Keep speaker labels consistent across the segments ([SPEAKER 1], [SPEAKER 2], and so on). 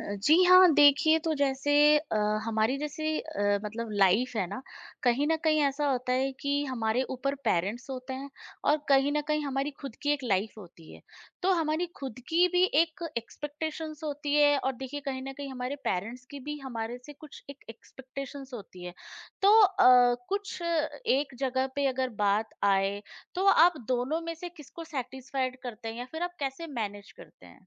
[SPEAKER 1] जी हाँ, देखिए तो जैसे अ, हमारी जैसे मतलब लाइफ है ना, कहीं न कहीं ऐसा होता है कि हमारे ऊपर पेरेंट्स होते हैं और कहीं न कहीं हमारी खुद की एक लाइफ होती है। तो हमारी खुद की भी एक एक्सपेक्टेशंस होती है और देखिए कहीं न कहीं हमारे पेरेंट्स की भी हमारे से कुछ एक एक्सपेक्टेशंस होती है। तो कुछ एक जगह पे अगर बात आए, तो आप दोनों में से किसको सैटिस्फाइड करते हैं या फिर आप कैसे मैनेज करते हैं?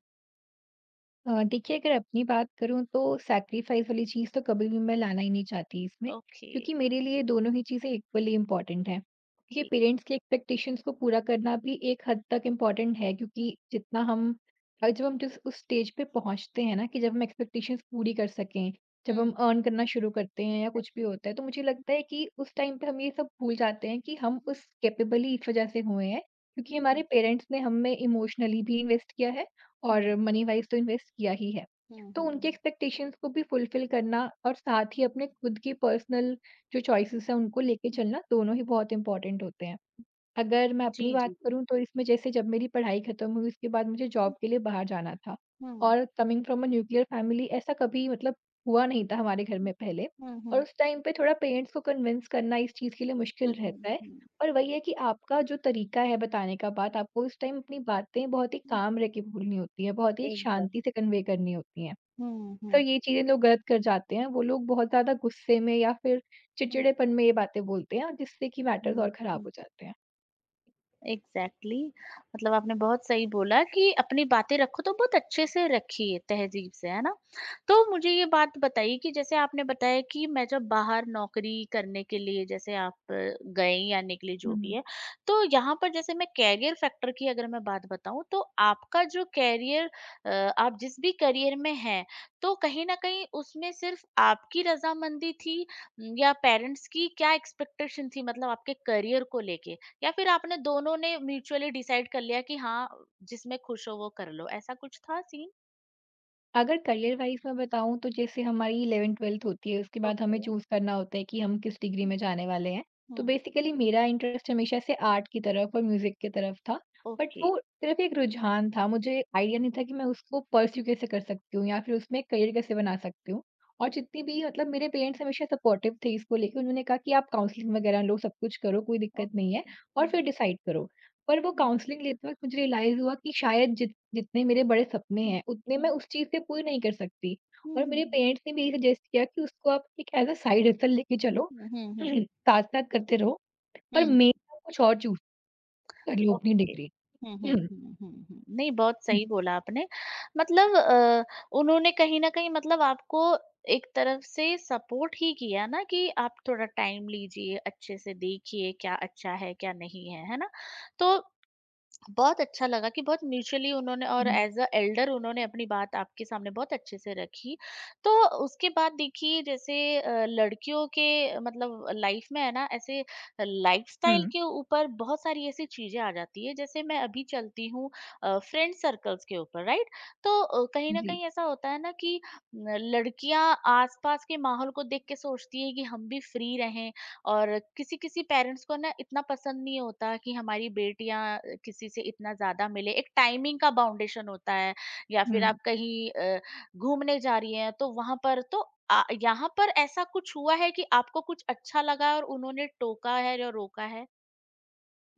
[SPEAKER 2] देखिए, अगर अपनी बात करूँ तो सैक्रिफ़ाइस वाली चीज़ तो कभी भी मैं लाना ही नहीं चाहती इसमें,
[SPEAKER 1] ओके,
[SPEAKER 2] क्योंकि मेरे लिए दोनों ही चीज़ें इक्वली इम्पोर्टेंट हैं। देखिए,
[SPEAKER 1] ओके।
[SPEAKER 2] पेरेंट्स की एक्सपेक्टेशंस को पूरा करना भी एक
[SPEAKER 1] हुँ,
[SPEAKER 2] हद तक इम्पोर्टेंट है,
[SPEAKER 1] हुँ।
[SPEAKER 2] क्योंकि जब हम जिस उस स्टेज पे पहुँचते हैं ना, कि जब हम एक्सपेक्टेशंस पूरी कर सकें, जब हम
[SPEAKER 1] हुँ,
[SPEAKER 2] अर्न करना शुरू करते हैं या कुछ भी
[SPEAKER 1] एग्ज़ैक्टली।
[SPEAKER 2] होता है, तो मुझे लगता है कि उस टाइम पे हम ये सब भूल जाते हैं कि हम उस कैपेबल ही इस वज़ह से हुए हैं, क्योंकि
[SPEAKER 1] हुँ, हुँ,
[SPEAKER 2] हमारे पेरेंट्स ने हम में इमोशनली भी इन्वेस्ट किया है और मनी-वाइज़ तो इन्वेस्ट किया ही है।
[SPEAKER 1] हुँ, हुँ,
[SPEAKER 2] तो
[SPEAKER 1] हुँ,
[SPEAKER 2] उनके
[SPEAKER 1] हुँ।
[SPEAKER 2] एक्सपेक्टेशंस को भी फुलफ़िल करना और साथ ही अपने खुद की पर्सनल जो चॉइसेस हैं, उनको लेके चलना, दोनों ही बहुत इम्पोर्टेंट होते हैं। अगर मैं
[SPEAKER 1] जी,
[SPEAKER 2] अपनी बात
[SPEAKER 1] जी, जी।
[SPEAKER 2] करूँ तो इसमें, जैसे जब मेरी पढ़ाई ख़त्म हुई उसके बाद मुझे जॉब
[SPEAKER 1] हुँ,
[SPEAKER 2] के लिए बाहर जाना था,
[SPEAKER 1] हुँ,
[SPEAKER 2] और coming from a nuclear family, ऐसा कभी मतलब हुआ नहीं था हमारे घर
[SPEAKER 1] हुँ,
[SPEAKER 2] में पहले।
[SPEAKER 1] हुँ,
[SPEAKER 2] और
[SPEAKER 1] हुँ,
[SPEAKER 2] उस टाइम पे थोड़ा पेरेंट्स को कन्विंस करना इस चीज़ के लिए
[SPEAKER 1] हुँ,
[SPEAKER 2] मुश्किल
[SPEAKER 1] हुँ,
[SPEAKER 2] रहता है।
[SPEAKER 1] हुँ,
[SPEAKER 2] और वही है कि आपका जो तरीका है बताने का बात,
[SPEAKER 1] हुँ,
[SPEAKER 2] आपको उस टाइम अपनी बातें बहुत ही
[SPEAKER 1] हुँ,
[SPEAKER 2] काम रह के बोलनी होती है, बहुत ही एक
[SPEAKER 1] एकदम।
[SPEAKER 2] शांति से कन्वे करनी होती हैं।
[SPEAKER 1] हुँ, हुँ,
[SPEAKER 2] तो
[SPEAKER 1] हुँ,
[SPEAKER 2] ये चीज़ें लोग गलत कर जाते हैं, वो लोग बहुत ज़्यादा गुस्से में या फिर
[SPEAKER 1] हुँ,
[SPEAKER 2] चिड़चिड़ेपन में ये बातें बोलते हैं, जिससे कि मैटर्स
[SPEAKER 1] हुँ,
[SPEAKER 2] और ख़राब
[SPEAKER 1] हुँ।
[SPEAKER 2] हो जाते
[SPEAKER 1] एग्जैक्टली exactly। मतलब आपने बहुत सही बोला कि अपनी बातें रखो तो बहुत अच्छे से रखिए, तहजीब से, है ना? तो मुझे ये बात बताइए कि जैसे आपने बताया कि मैं जब बाहर नौकरी करने के लिए, जैसे आप गए या निकले जो भी
[SPEAKER 2] हैं।
[SPEAKER 1] है, तो यहाँ पर जैसे मैं कैरियर फैक्टर की अगर मैं बात बताऊं, तो आपका जो कैरियर, आप जिस भी करियर में हैं, तो कहीं ना कहीं उसमें सिर्फ आपकी रजामंदी थी या पेरेंट्स की क्या एक्सपेक्टेशन थी, मतलब आपके करियर को लेके, या फिर आपने दोनों ने म्यूचुअली डिसाइड कर लिया कि हाँ, जिसमें खुश हो वो कर लो, ऐसा कुछ था सीन?
[SPEAKER 2] अगर करियर वाइज़ मैं बताऊँ, तो जैसे हमारी 11th-12th होती है, उसके बाद हमें
[SPEAKER 1] ओके।
[SPEAKER 2] चूज़ करना होता है कि हम किस डिग्री में
[SPEAKER 1] हम्म।
[SPEAKER 2] जाने वाले हैं। तो
[SPEAKER 1] हम्म।
[SPEAKER 2] बेसिकली मेरा इंटरेस्ट हमेशा से आर्ट की तरफ और म्यूज़िक की तरफ था। But
[SPEAKER 1] okay.
[SPEAKER 2] वो सिर्फ़ एक रुझान था, मुझे आइडिया नहीं था कि मैं उसको पर्स्यू कैसे कर सकती हूँ या फिर उसमें करियर कैसे बना सकती हूँ। और जितनी भी मतलब मेरे पेरेंट्स हमेशा सपोर्टिव थे इसको लेके,
[SPEAKER 1] हम्म,
[SPEAKER 2] उन्होंने कहा कि आप काउंसलिंग वगैरह लो, सब कुछ करो, कोई दिक्कत नहीं है,
[SPEAKER 1] ओके।
[SPEAKER 2] और
[SPEAKER 1] हम्म,
[SPEAKER 2] फिर डिसाइड करो। पर वो
[SPEAKER 1] हम्म,
[SPEAKER 2] काउंसलिंग लेते वक़्त मुझे रियलाइज़ हुआ कि शायद जितने मेरे बड़े सपने
[SPEAKER 1] हम्म।
[SPEAKER 2] हैं, उतने मैं
[SPEAKER 1] हम्म,
[SPEAKER 2] उस चीज़ से पूरे नहीं कर सकती।
[SPEAKER 1] हम्म,
[SPEAKER 2] और मेरे
[SPEAKER 1] हम्म,
[SPEAKER 2] पेरेंट्स ने भी यही सजेस्ट किया कि उसको आप एक एज़ अ साइड हसल लेके चलो,
[SPEAKER 1] हम्म, हम्म,
[SPEAKER 2] साथ-साथ करते रहो, पर
[SPEAKER 1] हम्म,
[SPEAKER 2] मेन आप कुछ और चूज़ कर लो अपनी
[SPEAKER 1] ओके।
[SPEAKER 2] डिग्री। हुँ,
[SPEAKER 1] नहीं, बहुत सही बोला आपने। मतलब उन्होंने कहीं ना कहीं मतलब आपको एक तरफ से सपोर्ट ही किया ना, कि आप थोड़ा टाइम लीजिए, अच्छे से देखिए क्या अच्छा है क्या नहीं है, है ना? तो बहुत अच्छा लगा कि बहुत म्यूचुअली उन्होंने
[SPEAKER 2] हुँ,
[SPEAKER 1] और
[SPEAKER 2] हुँ,
[SPEAKER 1] एज अ एल्डर उन्होंने अपनी बात आपके सामने बहुत अच्छे से रखी। तो उसके बाद देखिए जैसे लड़कियों के मतलब लाइफ में है ना, ऐसे लाइफस्टाइल
[SPEAKER 2] हुँ,
[SPEAKER 1] के ऊपर बहुत सारी ऐसी चीज़ें आ जाती है। जैसे मैं अभी चलती हूँ फ्रेंड सर्कल्स के ऊपर, राइट? तो कहीं न
[SPEAKER 2] जी,
[SPEAKER 1] कहीं ऐसा होता है ना, कि न लड़कियाँ आस-पास के माहौल को देख के सोचती है कि हम भी फ्री रहें, और किसी-किसी पेरेंट्स को ना इतना पसंद नहीं होता कि हमारी बेटियाँ किसी से इतना ज़्यादा मिले। एक टाइमिंग का बाउंडेशन होता है या फिर
[SPEAKER 2] हुँ।
[SPEAKER 1] आप कहीं घूमने जा रही हैं तो वहाँ पर तो यहाँ पर ऐसा कुछ हुआ है कि आपको कुछ अच्छा लगा है और उन्होंने टोका है या रोका है?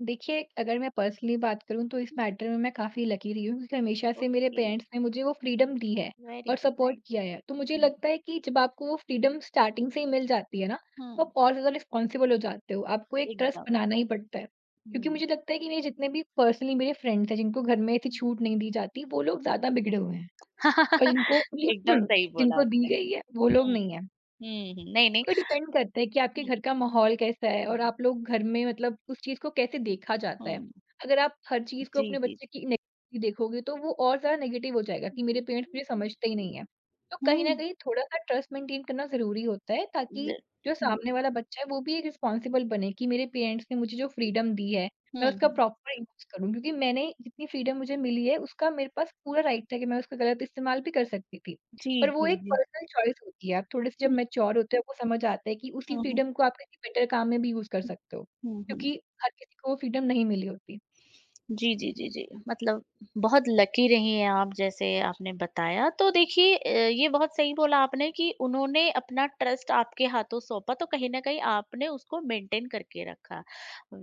[SPEAKER 2] देखिए, अगर मैं पर्सनली बात करूँ तो इस
[SPEAKER 1] हुँ।
[SPEAKER 2] मैटर में मैं काफ़ी लकी रही हूँ, क्योंकि हमेशा से मेरे
[SPEAKER 1] ओके,
[SPEAKER 2] पेरेंट्स ने मुझे वो फ्रीडम दी है
[SPEAKER 1] वेरी
[SPEAKER 2] और
[SPEAKER 1] गुड,
[SPEAKER 2] सपोर्ट
[SPEAKER 1] नाइस।
[SPEAKER 2] किया है। तो मुझे
[SPEAKER 1] हुँ,
[SPEAKER 2] लगता है कि जब आपको वो फ्रीडम स्टार्टिंग से ही मिल जाती है ना, तो
[SPEAKER 1] हुँ।
[SPEAKER 2] आप और ज़्यादा रिस्पॉन्सिबल हो जाते हो। आपको एक ट्रस्ट
[SPEAKER 1] एकदम।
[SPEAKER 2] बनाना ही पड़ता है। क्योंकि
[SPEAKER 1] हुँ।
[SPEAKER 2] मुझे लगता है कि मेरे जितने भी पर्सनली मेरे फ्रेंड्स हैं जिनको घर में ऐसी
[SPEAKER 1] हुँ,
[SPEAKER 2] छूट नहीं दी जाती, वो लोग
[SPEAKER 1] हुँ।
[SPEAKER 2] ज़्यादा बिगड़े हुए हैं, और जिनको
[SPEAKER 1] एकदम सही बोला
[SPEAKER 2] जिनको दी
[SPEAKER 1] आपने।
[SPEAKER 2] गई है, वो लोग
[SPEAKER 1] हुँ,
[SPEAKER 2] नहीं हैं।
[SPEAKER 1] हुँ, हुँ। नहीं, नहीं।
[SPEAKER 2] वो डिपेंड करता है कि आपके
[SPEAKER 1] हुँ।
[SPEAKER 2] घर का माहौल कैसा है और
[SPEAKER 1] हुँ।
[SPEAKER 2] आप लोग घर में मतलब उस चीज़ को कैसे देखा जाता है।
[SPEAKER 1] हुँ।
[SPEAKER 2] अगर आप हर चीज़ को
[SPEAKER 1] जी,
[SPEAKER 2] अपने
[SPEAKER 1] जी।
[SPEAKER 2] बच्चे की नेगेटिव देखोगे, तो वो और ज़्यादा नेगेटिव हो जाएगा कि मेरे पेरेंट्स
[SPEAKER 1] हुँ,
[SPEAKER 2] मुझे समझते ही नहीं है। तो कहीं न कहीं थोड़ा-सा ट्रस्ट मेंटेन करना ज़रूरी होता है,
[SPEAKER 1] ज
[SPEAKER 2] ताकि जो
[SPEAKER 1] हुँ,
[SPEAKER 2] सामने वाला बच्चा है वो भी एक रिस्पॉन्सिबल बने कि मेरे पेरेंट्स ने मुझे जो फ्रीडम दी है,
[SPEAKER 1] हुँ,
[SPEAKER 2] मैं उसका
[SPEAKER 1] हुँ।
[SPEAKER 2] प्रॉपर यूज़ करूँ, क्योंकि मैंने जितनी फ्रीडम मुझे मिली है उसका मेरे पास पूरा राइट था कि मैं उसका गलत इस्तेमाल भी कर सकती थी।
[SPEAKER 1] जी,
[SPEAKER 2] पर वो
[SPEAKER 1] जी,
[SPEAKER 2] एक
[SPEAKER 1] जी।
[SPEAKER 2] पर्सनल चॉइस होती है, आप थोड़े-से जब
[SPEAKER 1] हुँ,
[SPEAKER 2] मैच्योर होते हो, आपको समझ आता है कि उसी
[SPEAKER 1] हुँ, हुँ,
[SPEAKER 2] फ्रीडम को आप किसी बेटर काम में भी यूज़ कर सकते हो,
[SPEAKER 1] हुँ, हुँ, हुँ।
[SPEAKER 2] क्योंकि हर किसी को वो फ्रीडम नहीं मिली होती।
[SPEAKER 1] जी, जी, जी, जी। मतलब बहुत लकी रही हैं आप, जैसे आपने बताया। तो देखिए ये बहुत सही बोला आपने कि उन्होंने अपना ट्रस्ट आपके हाथों सौंपा तो कहीं न कहीं आपने उसको मेंटेन करके रखा।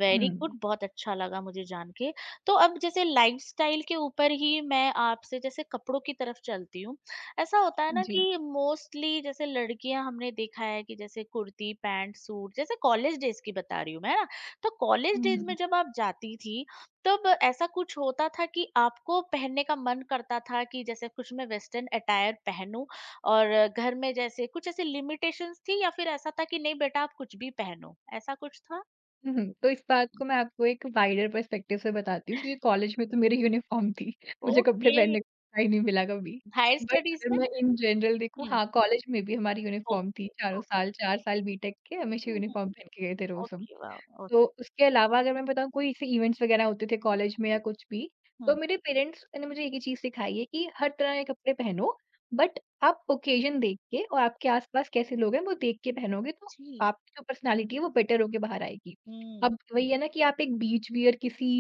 [SPEAKER 1] वेरी
[SPEAKER 2] हुँ,
[SPEAKER 1] गुड, बहुत अच्छा लगा मुझे जान के। तो अब जैसे लाइफ़स्टाइल के ऊपर ही मैं आपसे जैसे कपड़ों की तरफ चलती हूँ। ऐसा होता है ना
[SPEAKER 2] जी।
[SPEAKER 1] कि मोस्टली जैसे लड़कियाँ, हमने देखा है कि जैसे कुर्ती, पैंट, सूट, जैसे कॉलेज डेज़ की बता रही हूँ मैं, है ना? तो कॉलेज
[SPEAKER 2] हुँ,
[SPEAKER 1] डेज़ में
[SPEAKER 2] हुँ,
[SPEAKER 1] जब आप जाती थी, तब ऐसा कुछ होता था कि आपको पहनने का मन करता था कि जैसे कुछ मैं वेस्टर्न अटायर पहनूं, और घर में जैसे कुछ ऐसे लिमिटेशंस थी या फिर ऐसा था कि नहीं बेटा आप कुछ भी पहनो, ऐसा कुछ था?
[SPEAKER 2] हुँ, हुँ। तो इस बात को मैं आपको एक वाइडर पर्सपेक्टिव से बताती हूँ, क्योंकि कॉलेज में तो मेरी यूनिफ़ॉर्म थी, मुझे कपड़े
[SPEAKER 1] ओके,
[SPEAKER 2] पहनने का मौका ही नहीं मिला कभी।
[SPEAKER 1] हायर
[SPEAKER 2] बट
[SPEAKER 1] स्टडीज
[SPEAKER 2] अगर
[SPEAKER 1] में।
[SPEAKER 2] मैं इन जनरल देखूँ,
[SPEAKER 1] हम्म।
[SPEAKER 2] हाँ, कॉलेज में भी हमारी यूनिफ़ॉर्म थी,
[SPEAKER 1] ओके।
[SPEAKER 2] चारों
[SPEAKER 1] ओके।
[SPEAKER 2] साल, 4 साल बीटेक के हमेशा
[SPEAKER 1] हम्म,
[SPEAKER 2] यूनिफ़ॉर्म पहन के गए थे
[SPEAKER 1] हम्म,
[SPEAKER 2] रोज़ हम।
[SPEAKER 1] ओके, वाह,
[SPEAKER 2] तो
[SPEAKER 1] ओके।
[SPEAKER 2] उसके अलावा अगर मैं बताऊँ, कोई ऐसे इवेंट्स वगैरह होते थे कॉलेज में या कुछ भी, तो
[SPEAKER 1] हम्म।
[SPEAKER 2] मेरे पेरेंट्स ने मुझे एक ही चीज़ सिखाई है कि हर तरह के कपड़े पहनो, बट आप ओकेजन देख के और आपके आस-पास कैसे लोग हैं वो देख के पहनोगे, तो
[SPEAKER 1] जी।
[SPEAKER 2] आपकी जो पर्सनैलिटी है वो बेटर होके बाहर आएगी।
[SPEAKER 1] हम्म।
[SPEAKER 2] अब वही है ना कि आप एक बीच वियर किसी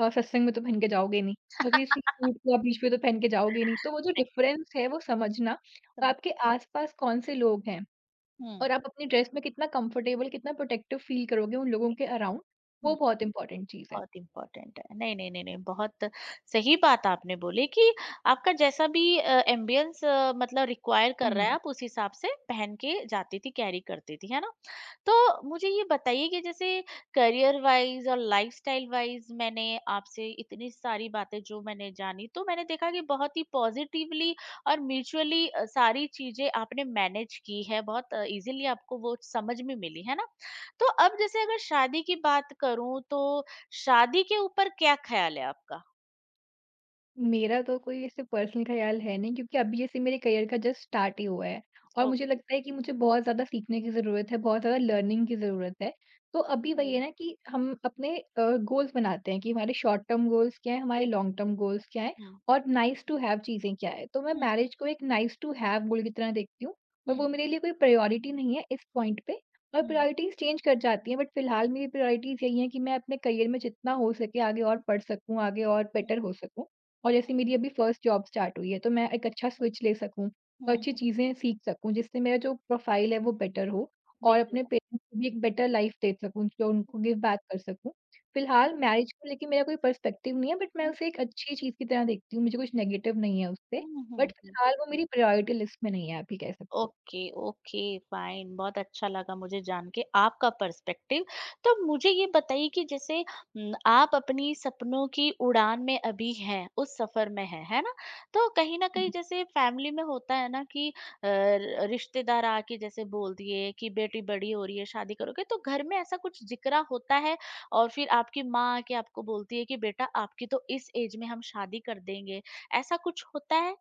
[SPEAKER 2] सत्संग में तो पहन के जाओगे नहीं, और किसी सूट को आप बीच में तो पहन के जाओगे नहीं। तो वो जो
[SPEAKER 1] सही।
[SPEAKER 2] डिफ़रेंस है वो समझना, और
[SPEAKER 1] समझ-
[SPEAKER 2] आपके आस-पास कौन से लोग हैं।
[SPEAKER 1] हम्म।
[SPEAKER 2] और आप अपनी ड्रेस में कितना कंफर्टेबल, कितना प्रोटेक्टिव फील करोगे उन लोगों के अराउंड, वो बहुत इम्पोर्टेंट चीज़ है।
[SPEAKER 1] बहुत इम्पोर्टेंट है। नहीं, नहीं, नहीं, नहीं, बहुत सही बात आपने बोली कि आपका जैसा भी एम्बियंस मतलब रिक्वायर कर रहा है,
[SPEAKER 2] हुँ।
[SPEAKER 1] आप उस हिसाब से पहन के जाती थी, कैरी करती थी, है ना? तो मुझे ये बताइए कि जैसे करियर वाइज़ और लाइफ़स्टाइल वाइज़ मैंने आपसे इतनी सारी बातें जो मैंने जानी, तो मैंने देखा कि बहुत ही पॉज़िटिवली और म्यूचुअली सारी चीज़ें आपने मैनेज की है, बहुत ईज़िली आपको वो समझ में मिली, है ना? तो अब जैसे अगर शादी की बात करूँ, तो शादी के ऊपर क्या ख़्याल है आपका?
[SPEAKER 2] मेरा तो कोई ऐसे पर्सनल ख़्याल है नहीं, क्योंकि अभी ऐसे मेरे करियर का जस्ट स्टार्ट ही हुआ है, और मुझे
[SPEAKER 1] ओके।
[SPEAKER 2] लगता है कि मुझे बहुत ज़्यादा सीखने की ज़रूरत है, बहुत ज़्यादा लर्निंग की ज़रूरत है। तो अभी वही
[SPEAKER 1] हुँ।
[SPEAKER 2] है ना कि हम अपने गोल्स बनाते हैं कि हमारे शॉर्ट टर्म गोल्स क्या हैं, हमारे लॉन्ग
[SPEAKER 1] एग्ज़ैक्टली।
[SPEAKER 2] टर्म गोल्स क्या हैं,
[SPEAKER 1] हुँ।
[SPEAKER 2] और नाइस टू हैव चीज़ें क्या हैं। तो मैं
[SPEAKER 1] हुँ,
[SPEAKER 2] मैरिज को एक नाइस टू हैव गोल की तरह देखती हूँ,
[SPEAKER 1] हुँ,
[SPEAKER 2] और
[SPEAKER 1] हुँ,
[SPEAKER 2] वो मेरे लिए कोई प्रायोरिटी नहीं है इस
[SPEAKER 1] हुँ,
[SPEAKER 2] पॉइंट पे, और
[SPEAKER 1] हुँ,
[SPEAKER 2] प्रायोरिटीज़ चेंज कर जाती हैं, बट फ़िलहाल
[SPEAKER 1] हुँ,
[SPEAKER 2] मेरी प्रायोरिटीज़ यही हैं कि मैं अपने करियर में जितना हो सके आगे और पढ़ सकूँ, आगे और
[SPEAKER 1] हुँ,
[SPEAKER 2] बेटर हो सकूँ। और जैसे मेरी अभी फर्स्ट जॉब स्टार्ट हुई है, तो मैं एक अच्छा स्विच ले सकूँ और
[SPEAKER 1] हुँ,
[SPEAKER 2] अच्छी
[SPEAKER 1] हुँ,
[SPEAKER 2] चीज़ें सीख सकूँ, जिससे मेरा जो प्रोफ़ाइल है वो बेटर हो, और अपने
[SPEAKER 1] बिल्कुल।
[SPEAKER 2] पेरेंट्स को भी एक बेटर लाइफ़ दे सकूँ, जो उनको गिव बैक कर सकूँ।
[SPEAKER 1] हुँ,
[SPEAKER 2] फ़िलहाल मैरिज को लेके मेरा कोई पर्सपेक्टिव नहीं है, बट मैं
[SPEAKER 1] हुँ,
[SPEAKER 2] उसे एक अच्छी चीज़ की तरह देखती हूँ, मुझे कुछ नेगेटिव नहीं है उससे,
[SPEAKER 1] हुँ,
[SPEAKER 2] बट
[SPEAKER 1] हुँ।
[SPEAKER 2] फ़िलहाल वो मेरी प्रायोरिटी लिस्ट में नहीं है, आप ये कह सकते
[SPEAKER 1] ओके, ओके, फाइन, बहुत अच्छा लगा मुझे जान के आपका पर्सपेक्टिव। तो मुझे ये बताइए कि जैसे आप अपनी सपनों की उड़ान में अभी हैं, उस सफ़र में हैं, है ना? तो कहीं न कहीं
[SPEAKER 2] हो।
[SPEAKER 1] जैसे फैमिली में होता है ना कि अ, र रिश्तेदार आके जैसे बोल दिए कि बेटी बड़ी हो रही है, शादी करोगे, तो घर में ऐसा कुछ जिक्रा होता है और फिर आपकी माँ आके आपको बोलती है कि बेटा आपकी तो इस एज में हम शादी कर देंगे, ऐसा कुछ होता है?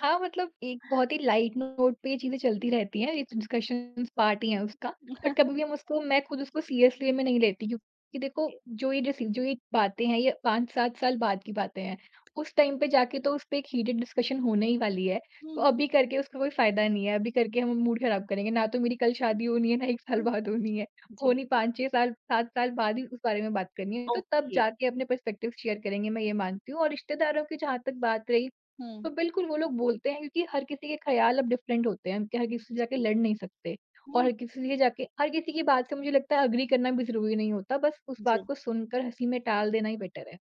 [SPEAKER 2] हाँ, मतलब एक बहुत ही लाइट नोट पे ये चीज़ें चलती रहती हैं, ये डिस्कशंस पार्ट ही है उसका। बट कभी भी हम उसको मैं खुद उसको सीरियसली में नहीं लेती, क्योंकि देखो जो ये बातें हैं, ये 5-7 साल बाद की बातें हैं। उस टाइम पे जाके तो उस पे एक हीटेड डिस्कशन होने ही वाली है।
[SPEAKER 1] हुँ,
[SPEAKER 2] तो
[SPEAKER 1] हुँ।
[SPEAKER 2] अभी करके उसका कोई फ़ायदा नहीं है, अभी करके हम मूड खराब करेंगे। ना तो मेरी कल शादी होनी है, ना 1 साल
[SPEAKER 1] ओह!
[SPEAKER 2] बाद होनी है।
[SPEAKER 1] जी,
[SPEAKER 2] होनी
[SPEAKER 1] जी।
[SPEAKER 2] 5-6 साल, 7 साल बाद ही उस बारे में बात करनी है। तो तब
[SPEAKER 1] ओके।
[SPEAKER 2] जाके अपने पर्सपेक्टिव शेयर करेंगे, मैं ये मानती हूँ। और रिश्तेदारों की जहाँ तक बात रही,
[SPEAKER 1] हुँ।
[SPEAKER 2] तो बिल्कुल वो लोग बोलते हैं, क्योंकि हर किसी के ख़्याल अब डिफरेंट होते हैं, हम हर किसी से जाके
[SPEAKER 1] जी।
[SPEAKER 2] लड़ नहीं सकते, और
[SPEAKER 1] हुँ,
[SPEAKER 2] हर किसी से जाके हर किसी की बात से मुझे लगता है एग्री करना भी ज़रूरी नहीं होता, बस उस बात
[SPEAKER 1] जी।
[SPEAKER 2] को सुनकर हँसी में टाल देना ही बेटर है।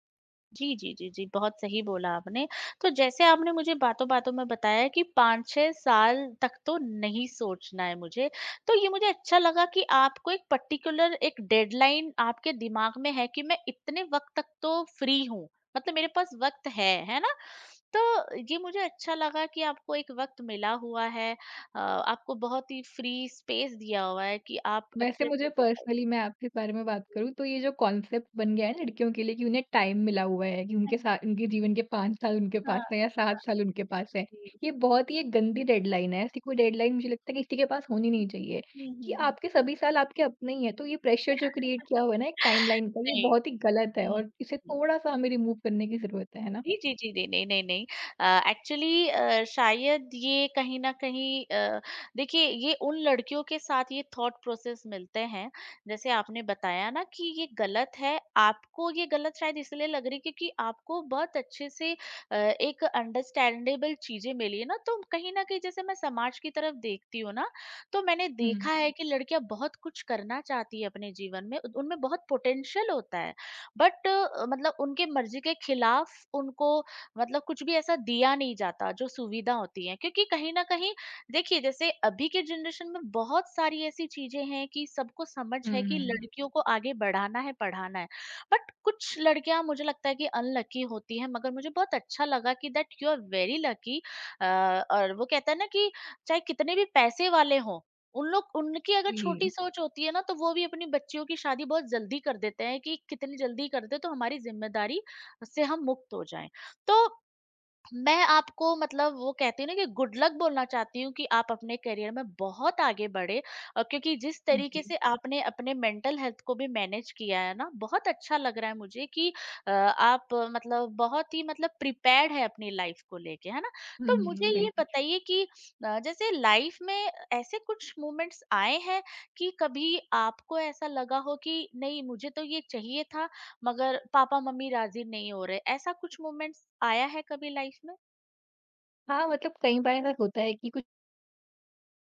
[SPEAKER 1] जी, जी, जी, जी, बहुत सही बोला आपने। तो जैसे आपने मुझे बातों-बातों में बताया कि 5-6 साल तक तो नहीं सोचना है मुझे, तो ये मुझे अच्छा लगा कि आपको एक पर्टिकुलर एक डेडलाइन आपके दिमाग में है कि मैं इतने वक़्त तक तो फ्री हूँ, मतलब मेरे पास वक़्त है ना? तो ये मुझे अच्छा लगा कि आपको एक वक़्त मिला हुआ है, आपको बहुत ही फ्री स्पेस दिया हुआ है कि आप
[SPEAKER 2] वैसे
[SPEAKER 1] अच्छे
[SPEAKER 2] मुझे
[SPEAKER 1] से डिसाइड।
[SPEAKER 2] पर्सनली, मैं आपके इस बारे में बात
[SPEAKER 1] जी,
[SPEAKER 2] करूँ, तो ये जो कॉन्सेप्ट बन गया है लड़कियों के लिए कि उन्हें टाइम मिला हुआ है, कि
[SPEAKER 1] हाँ
[SPEAKER 2] उनके
[SPEAKER 1] जी,
[SPEAKER 2] साथ उनके जीवन के 5 साल उनके
[SPEAKER 1] हाँ,
[SPEAKER 2] पास है या
[SPEAKER 1] हाँ,
[SPEAKER 2] 7 साल उनके पास है,
[SPEAKER 1] जी,
[SPEAKER 2] ये बहुत ही एक गंदी डेडलाइन है। ऐसी कोई
[SPEAKER 1] जी।
[SPEAKER 2] डेडलाइन मुझे लगता है कि किसी के पास होनी नहीं चाहिए,
[SPEAKER 1] हुँ,
[SPEAKER 2] कि
[SPEAKER 1] हुँ, हुँ।
[SPEAKER 2] आपके सभी साल आपके अपने ही है, तो ये प्रेशर जो क्रिएट किया हुआ है ना एक टाइमलाइन का, ये
[SPEAKER 1] नहीं,
[SPEAKER 2] बहुत ही गलत है,
[SPEAKER 1] हुँ,
[SPEAKER 2] और इसे
[SPEAKER 1] हुँ।
[SPEAKER 2] थोड़ा सा हमें रिमूव करने की जरूरत है ना।
[SPEAKER 1] जी, जी, जी, जी, नहीं, नहीं, नहीं। एक्चुअली शायद ये कहीं न कहीं देखिए ये उन लड़कियों के साथ ये थॉट प्रोसेस मिलते हैं, जैसे आपने बताया ना कि ये गलत है, आपको ये गलत शायद इसलिए लग रही है क्योंकि आपको बहुत अच्छे से एक अंडरस्टैंडेबल चीज़ें मिली है ना, तो कहीं न कहीं जैसे मैं समाज की तरफ देखती हूँ ना, तो मैंने
[SPEAKER 2] हुँ,
[SPEAKER 1] देखा है कि लड़कियाँ बहुत कुछ करना चाहती है अपने जीवन में, उनमें बहुत पोटेंशियल होता है। बट मतलब उनके मर्जी के खिलाफ उनको मतलब कुछ भी ऐसा दिया नहीं जाता जो सुविधा होती है, क्योंकि कहीं ना कहीं देखिए जैसे अभी के जनरेशन में बहुत सारी ऐसी चीजें हैं कि सबको समझ है
[SPEAKER 2] हुँ,
[SPEAKER 1] कि
[SPEAKER 2] हुँ,
[SPEAKER 1] लड़कियों को आगे बढ़ाना है, पढ़ाना है, बट कुछ लड़कियां मुझे लगता है कि अनलकी होती है, मगर मुझे बहुत अच्छा लगा कि that you are very lucky. और वो कहता है ना कि चाहे कितने भी पैसे वाले हों, उन लोग उनकी अगर छोटी
[SPEAKER 2] जी,
[SPEAKER 1] सोच होती है ना तो वो भी अपनी बच्चियों की शादी बहुत जल्दी कर देते हैं कि कितनी जल्दी कर दे तो हमारी जिम्मेदारी से हम मुक्त हो जाएं। तो मैं आपको मतलब वो कहती हूँ ना कि गुड लक बोलना चाहती हूँ कि आप अपने करियर में बहुत आगे बढ़े, और क्योंकि जिस तरीके
[SPEAKER 2] जी।
[SPEAKER 1] से आपने अपने मेंटल हेल्थ को भी मैनेज किया है ना, बहुत अच्छा लग रहा है मुझे कि आप मतलब बहुत ही मतलब प्रिपेयर्ड है अपनी लाइफ को लेके, है ना?
[SPEAKER 2] हुँ,
[SPEAKER 1] तो मुझे
[SPEAKER 2] हुँ,
[SPEAKER 1] ये
[SPEAKER 2] बिल्कुल।
[SPEAKER 1] बताइए कि जैसे लाइफ में ऐसे कुछ मोमेंट्स आए हैं कि कभी आपको ऐसा लगा हो कि नहीं मुझे तो ये चाहिए था मगर पापा-मम्मी राज़ी नहीं हो रहे। ऐसा कुछ मोमेंट्स आया है कभी लाइफ़ में?
[SPEAKER 2] हाँ, मतलब कई बार ऐसा होता है कि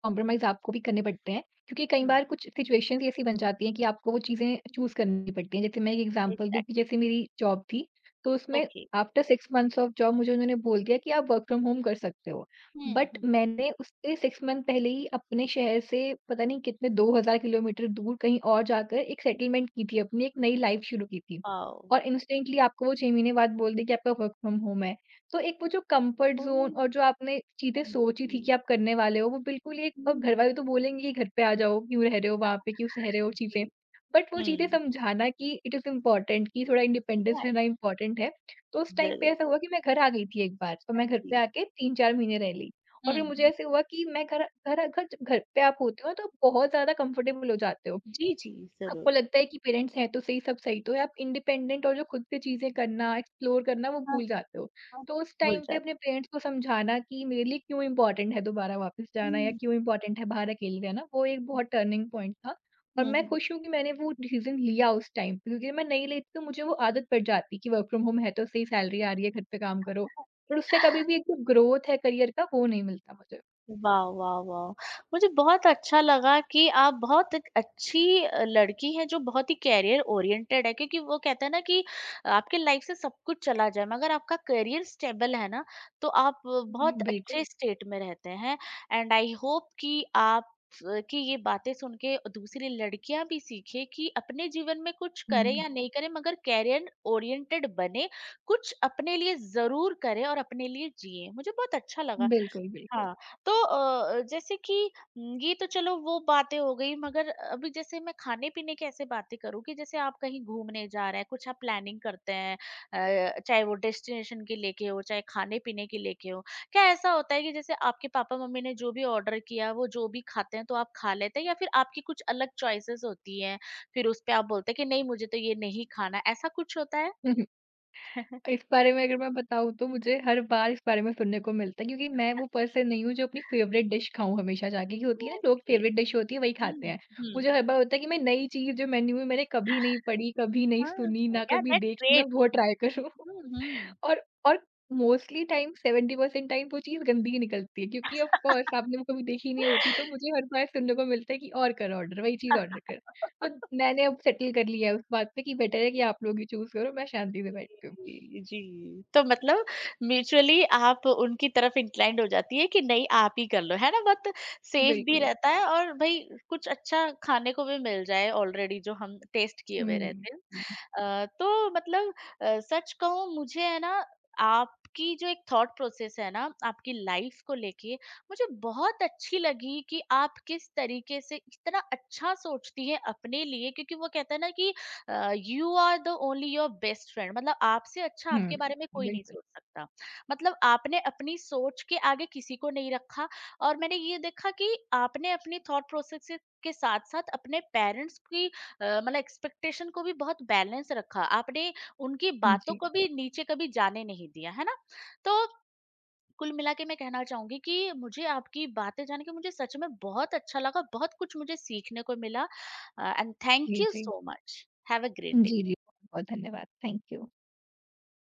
[SPEAKER 2] कॉम्प्रोमाइज़ आपको भी करने पड़ते हैं, क्योंकि कई
[SPEAKER 1] हुँ।
[SPEAKER 2] बार कुछ सिचुएशंस ऐसी बन जाती हैं कि आपको वो चीज़ें
[SPEAKER 1] हुँ।
[SPEAKER 2] चूज़ करनी पड़ती हैं। जैसे मैं एक एग्ज़ाम्पल दूँ, कि
[SPEAKER 1] एग्ज़ैक्टली,
[SPEAKER 2] जैसे मेरी जॉब थी, तो उसमें
[SPEAKER 1] okay.
[SPEAKER 2] After 6 months of job मुझे उन्होंने बोल दिया कि आप वर्क फ्रॉम होम कर सकते हो।
[SPEAKER 1] हुँ,
[SPEAKER 2] बट
[SPEAKER 1] हुँ,
[SPEAKER 2] मैंने उससे 6 मंथ पहले ही अपने शहर से पता नहीं कितने 2000 किलोमीटर दूर कहीं और जाकर एक
[SPEAKER 1] हुँ।
[SPEAKER 2] सेटलमेंट की थी, अपनी एक नई लाइफ़ शुरू की थी।
[SPEAKER 1] वाओ!
[SPEAKER 2] और इंस्टेंटली आपको वो 6 महीने बाद बोल दें कि आपका वर्क फ्रॉम होम है। तो एक वो जो कंफर्ट ज़ोन और
[SPEAKER 1] ओह!
[SPEAKER 2] जो आपने चीज़ें
[SPEAKER 1] हाँ
[SPEAKER 2] सोची थी
[SPEAKER 1] जी।
[SPEAKER 2] कि आप करने वाले हो, वो बिल्कुल ही, एक और
[SPEAKER 1] हुँ।
[SPEAKER 2] घरवाले तो बोलेंगे ही, "घर पे आ जाओ, क्यों रह रहे हो वहाँ पे, क्यों सह रहे हो
[SPEAKER 1] जी।
[SPEAKER 2] चीज़ें?" बट वो चीज़ें
[SPEAKER 1] हुँ।
[SPEAKER 2] समझाना कि इट इज़ इम्पोर्टेंट कि थोड़ा
[SPEAKER 1] या
[SPEAKER 2] इंडिपेंडेंस रहना इम्पोर्टेंट है। तो उस टाइम पे
[SPEAKER 1] ज़रूर।
[SPEAKER 2] ऐसा हुआ कि मैं घर आ गई थी एक बार, और
[SPEAKER 1] हाँ
[SPEAKER 2] मैं घर पे
[SPEAKER 1] जी।
[SPEAKER 2] आके 3-4 महीने रह ली, और
[SPEAKER 1] हुँ,
[SPEAKER 2] फिर मुझे
[SPEAKER 1] हुँ।
[SPEAKER 2] ऐसे हुआ कि मैं घर घर घर जब घर पे आप होते हो ना, तो आप बहुत ज़्यादा कंफर्टेबल हो जाते हो।
[SPEAKER 1] जी, जी, ज़रूर।
[SPEAKER 2] आपको लगता है कि पेरेंट्स हैं तो सही, सब सही तो है, आप इंडिपेंडेंट और जो खुद से चीज़ें करना, एक्सप्लोर करना वो
[SPEAKER 1] हाँ,
[SPEAKER 2] भूल जाते हो।
[SPEAKER 1] हाँ।
[SPEAKER 2] तो उस
[SPEAKER 1] भूल
[SPEAKER 2] टाइम पे
[SPEAKER 1] जाते।
[SPEAKER 2] अपने पेरेंट्स को समझाना कि मेरे लिए क्यों इम्पोर्टेंट है दोबारा वापस जाना या
[SPEAKER 1] हुँ,
[SPEAKER 2] क्यों इम्पोर्टेंट है बाहर अकेले रहना, वो एक बहुत टर्निंग पॉइंट था। और
[SPEAKER 1] हुँ,
[SPEAKER 2] मैं
[SPEAKER 1] हुँ।
[SPEAKER 2] खुश हूँ कि मैंने वो डिसीज़न लिया उस टाइम पे, क्योंकि मैं नहीं लेती तो मुझे वो आदत पड़ जाती कि वर्क फ्रॉम होम है तो सही, सैलरी आ रही है, घर पे काम करो। पर उससे कभी भी एक जो ग्रोथ है करियर का, वो नहीं मिलता मुझे।
[SPEAKER 1] वाह, वाह, वाह! मुझे बहुत अच्छा लगा कि आप बहुत एक अच्छी लड़की हैं जो बहुत ही करियर ओरिएंटेड है, क्योंकि वो कहते हैं ना कि आपके लाइफ से सब कुछ चला जाए मगर आपका करियर स्टेबल है ना, तो आप बहुत
[SPEAKER 2] बिल्कुल।
[SPEAKER 1] अच्छे स्टेट में रहते हैं। एंड आई होप कि आप की ये बातें सुन के दूसरी लड़कियां भी सीखें कि अपने जीवन में कुछ करें
[SPEAKER 2] हुँ,
[SPEAKER 1] या नहीं करें मगर करियर ओरिएंटेड बने, कुछ अपने लिए ज़रूर करें और अपने लिए जिएँ। मुझे बहुत अच्छा लगा।
[SPEAKER 2] बिल्कुल, बिल्कुल।
[SPEAKER 1] हाँ, तो जैसे कि ये तो चलो वो बातें हो गई, मगर अभी जैसे मैं खाने-पीने की ऐसे बातें करूँ कि जैसे आप कहीं घूमने जा रहे हैं, कुछ आप प्लानिंग करते हैं, चाहे वो डेस्टिनेशन की लेके हो, चाहे खाने-पीने की लेके हो। क्या ऐसा होता है कि जैसे आपके पापा-मम्मी ने जो भी ऑर्डर किया, वो जो भी खाते हैं तो आप खा लेते हैं या फिर आपकी कुछ अलग चॉइसेस होती हैं, फिर उस पे आप बोलते हैं कि नहीं मुझे तो ये नहीं खाना, ऐसा कुछ होता है?
[SPEAKER 2] इस बारे में अगर मैं बताऊँ, तो मुझे हर बार इस बारे में सुनने को मिलता है, क्योंकि मैं वो पर्सन नहीं हूँ जो अपनी फेवरेट डिश खाऊँ हमेशा जाके, कि होती है ना, लोग
[SPEAKER 1] ओके।
[SPEAKER 2] फेवरेट डिश होती है वही
[SPEAKER 1] हुँ,
[SPEAKER 2] खाते हैं।
[SPEAKER 1] हुँ।
[SPEAKER 2] मुझे हर बार होता है कि मैं नई चीज़, जो मेन्यू में मैंने कभी नहीं पढ़ी, कभी नहीं
[SPEAKER 1] हाँ,
[SPEAKER 2] सुनी, ना
[SPEAKER 1] या
[SPEAKER 2] कभी
[SPEAKER 1] दैट्स
[SPEAKER 2] देखी, मैं
[SPEAKER 1] ग्रेट।
[SPEAKER 2] वो ट्राई करूँ।
[SPEAKER 1] हुँ, हुँ।
[SPEAKER 2] और और मोस्टली टाइम 70% टाइम वो चीज़ गंदी ही निकलती है, क्योंकि ऑफ़ कोर्स आपने वो कभी देखी नहीं होती, तो मुझे हर बार सुनने को मिलता है कि और कर ऑर्डर, वही चीज़ ऑर्डर कर। तो मैंने अब सेटल कर लिया है उस बात पे कि बेटर है कि आप लोग ही चूज़ करो, मैं शांति से बैठती हूँ।
[SPEAKER 1] जी, जी। तो मतलब म्यूचुअली आप उनकी तरफ इंक्लाइंड हो जाती है कि नहीं आप ही कर लो, है ना? बहुत सेफ भी
[SPEAKER 2] बिल्कुल।
[SPEAKER 1] रहता है और भई कुछ अच्छा खाने को भी मिल जाए ऑलरेडी जो हम टेस्ट किए हुए
[SPEAKER 2] हुँ,
[SPEAKER 1] रहते हैं।
[SPEAKER 2] हुँ,
[SPEAKER 1] तो मतलब सच कहूँ मुझे है ना आपकी जो एक थॉट प्रोसेस है ना, आपकी लाइफ़ को लेके मुझे बहुत अच्छी लगी कि आप किस तरीके से इतना अच्छा सोचती हैं अपने लिए, क्योंकि वो कहते हैं ना कि you are the only your best friend, मतलब आपसे अच्छा
[SPEAKER 2] हुँ,
[SPEAKER 1] आपके बारे में कोई नहीं
[SPEAKER 2] बिल्कुल।
[SPEAKER 1] सोच सकता, मतलब आपने अपनी सोच के आगे किसी को नहीं रखा। और मैंने ये देखा कि आपने अपनी थॉट प्रोसेस के साथ साथ अपने पेरेंट्स की मतलब एक्सपेक्टेशन को भी बहुत बैलेंस रखा आपने, उनकी बातों
[SPEAKER 2] जी,
[SPEAKER 1] को भी नीचे कभी जाने नहीं दिया, है ना? तो कुल मिला के मैं कहना चाहूंगी कि मुझे आपकी बातें जान के मुझे सच में बहुत अच्छा लगा, बहुत कुछ मुझे सीखने को मिला। एंड थैंक
[SPEAKER 2] जी,
[SPEAKER 1] यू
[SPEAKER 2] जी।
[SPEAKER 1] So much. Have a great day.
[SPEAKER 2] जी, जी, बहुत-बहुत धन्यवाद। Thank you.